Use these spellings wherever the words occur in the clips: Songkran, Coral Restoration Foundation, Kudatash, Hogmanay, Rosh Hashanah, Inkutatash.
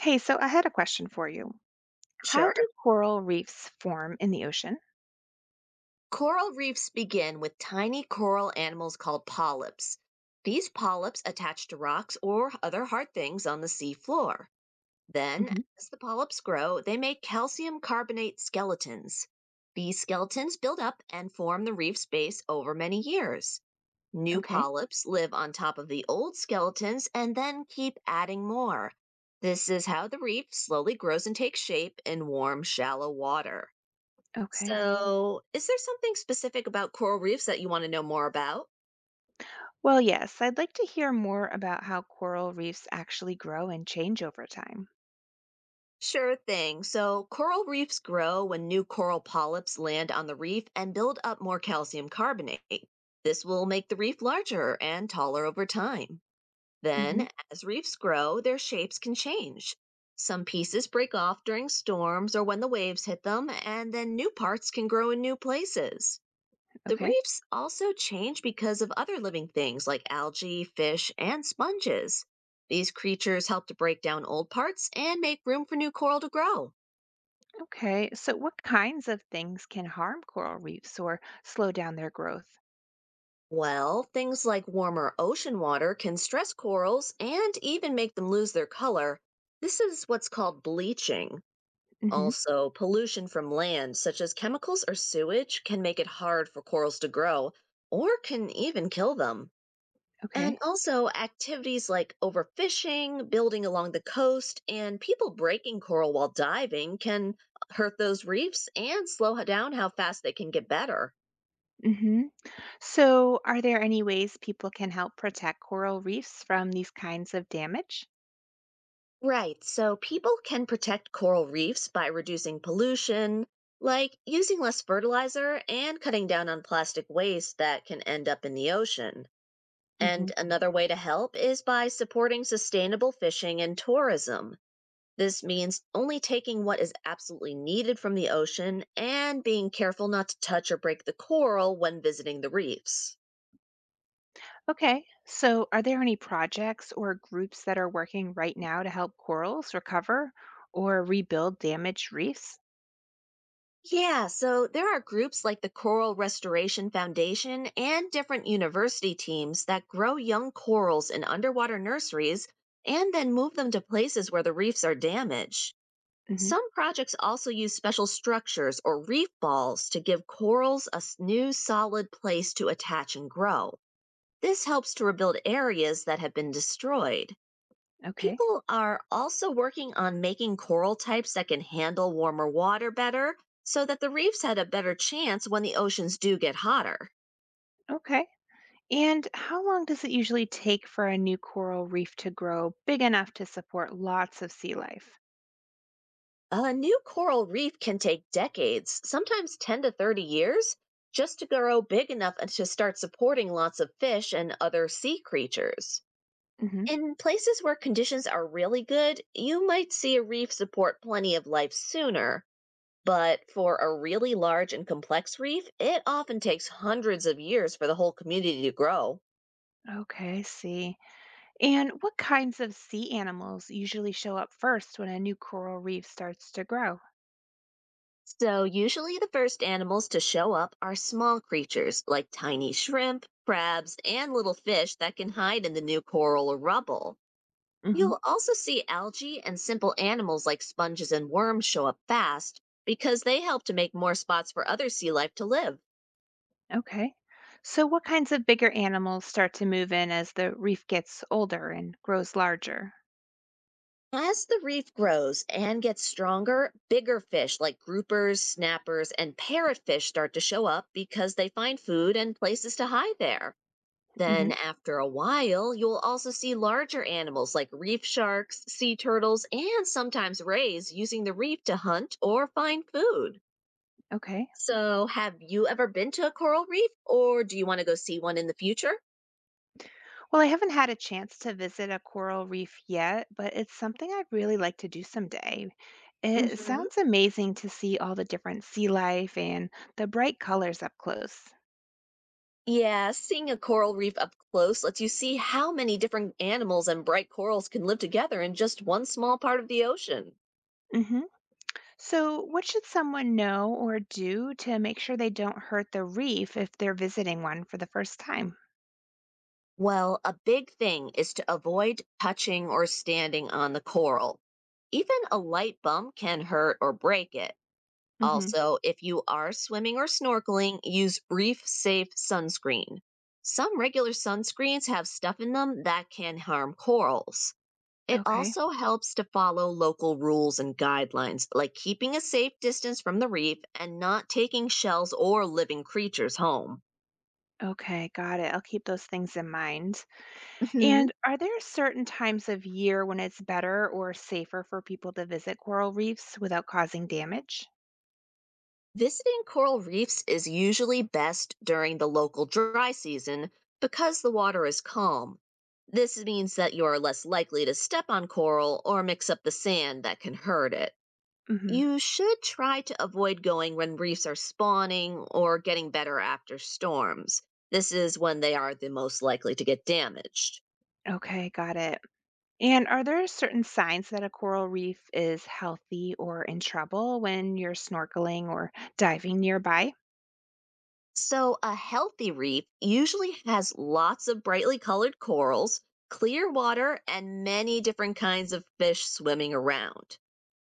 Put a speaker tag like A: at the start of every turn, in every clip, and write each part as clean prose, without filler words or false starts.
A: Hey, so I had a question for you. How
B: Sure.
A: do coral reefs form in the ocean?
B: Coral reefs begin with tiny coral animals called polyps. These polyps attach to rocks or other hard things on the sea floor. Then,
A: Hmm.
B: as the polyps grow, they make calcium carbonate skeletons. These skeletons build up and form the reef's base over many years. New
A: Okay,
B: polyps live on top of the old skeletons and then keep adding more. This is how the reef slowly grows and takes shape in warm, shallow water.
A: okay.
B: So, is there something specific about coral reefs that you want to know more about?
A: Well, yes, I'd like to hear more about how coral reefs actually grow and change over time.
B: Sure thing. So, coral reefs grow when new coral polyps land on the reef and build up more calcium carbonate. This will make the reef larger and taller over time.
A: Hmm.
B: Then, as reefs grow, their shapes can change. Some pieces break off during storms or when the waves hit them, and then new parts can grow in new places. The
A: Okay,
B: reefs also change because of other living things like algae, fish, and sponges. These creatures help to break down old parts and make room for new coral to grow.
A: okay. So, what kinds of things can harm coral reefs or slow down their growth?
B: Well, things like warmer ocean water can stress corals and even make them lose their color. This is what's called bleaching.
A: Hmm.
B: Also, pollution from land, such as chemicals or sewage, can make it hard for corals to grow or can even kill them. And
A: Okay.
B: also activities like overfishing, building along the coast, and people breaking coral while diving can hurt those reefs and slow down how fast they can get better.
A: Hmm. So, are there any ways people can help protect coral reefs from these kinds of damage?
B: Right, so people can protect coral reefs by reducing pollution, like using less fertilizer and cutting down on plastic waste that can end up in the ocean. And another way to help is by supporting sustainable fishing and tourism. This means only taking what is absolutely needed from the ocean and being careful not to touch or break the coral when visiting the reefs.
A: Okay, so are there any projects or groups that are working right now to help corals recover or rebuild damaged reefs?
B: Yeah, so there are groups like the Coral Restoration Foundation and different university teams that grow young corals in underwater nurseries and then move them to places where the reefs are damaged.
A: Hmm.
B: Some projects also use special structures or reef balls to give corals a new solid place to attach and grow. This helps to rebuild areas that have been destroyed.
A: Okay,
B: People are also working on making coral types that can handle warmer water better so that the reefs had a better chance when the oceans do get hotter.
A: okay. And how long does it usually take for a new coral reef to grow big enough to support lots of sea life?
B: A new coral reef can take decades, sometimes 10 to 30 years, just to grow big enough and to start supporting lots of fish and other sea creatures.
A: Hmm.
B: In places where conditions are really good, you might see a reef support plenty of life sooner, but for a really large and complex reef, it often takes hundreds of years for the whole community to grow.
A: Okay, I see. And what kinds of sea animals usually show up first when a new coral reef starts to grow?
B: So, usually the first animals to show up are small creatures like tiny shrimp, crabs, and little fish that can hide in the new coral or rubble. You'll also see algae and simple animals like sponges and worms show up fast because they help to make more spots for other sea life to live.
A: Okay. So, what kinds of bigger animals start to move in as the reef gets older and grows larger?
B: As the reef grows and gets stronger, bigger fish like groupers, snappers, and parrotfish start to show up because they find food and places to hide there.
A: Hmm.
B: Then, after a while, you'll also see larger animals like reef sharks, sea turtles, and sometimes rays using the reef to hunt or find food.
A: Okay.
B: So, have you ever been to a coral reef, or do you want to go see one in the future?
A: Well, I haven't had a chance to visit a coral reef yet, but it's something I'd really like to do someday. It sounds amazing to see all the different sea life and the bright colors up close.
B: Yeah, seeing a coral reef up close lets you see how many different animals and bright corals can live together in just one small part of the ocean.
A: Hmm. So, what should someone know or do to make sure they don't hurt the reef if they're visiting one for the first time?
B: Well, a big thing is to avoid touching or standing on the coral. Even a light bump can hurt or break it.
A: Hmm.
B: Also, if you are swimming or snorkeling, use reef safe sunscreen. Some regular sunscreens have stuff in them that can harm corals. It
A: Okay.
B: also helps to follow local rules and guidelines, like keeping a safe distance from the reef and not taking shells or living creatures home.
A: Okay, got it. I'll keep those things in mind.
B: Hmm.
A: And are there certain times of year when it's better or safer for people to visit coral reefs without causing damage?
B: Visiting coral reefs is usually best during the local dry season because the water is calm. This means that you are less likely to step on coral or mix up the sand that can hurt it.
A: Hmm.
B: You should try to avoid going when reefs are spawning or getting better after storms. This is when they are the most likely to get damaged.
A: Okay, got it. And are there certain signs that a coral reef is healthy or in trouble when you're snorkeling or diving nearby?
B: So, a healthy reef usually has lots of brightly colored corals, clear water, and many different kinds of fish swimming around.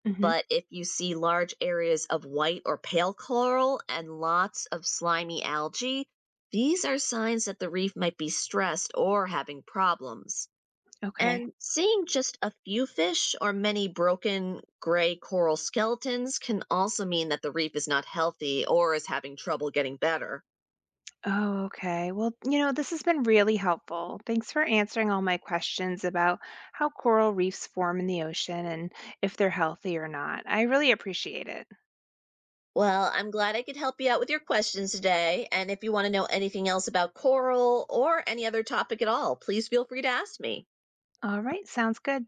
A: Hmm.
B: But if you see large areas of white or pale coral and lots of slimy algae, these are signs that the reef might be stressed or having problems.
A: Okay.
B: And seeing just a few fish or many broken gray coral skeletons can also mean that the reef is not healthy or is having trouble getting better.
A: Oh, okay. Well, this has been really helpful. Thanks for answering all my questions about how coral reefs form in the ocean and if they're healthy or not. I really appreciate it.
B: Well, I'm glad I could help you out with your questions today. And if you want to know anything else about coral or any other topic at all, please feel free to ask me.
A: All right, sounds good.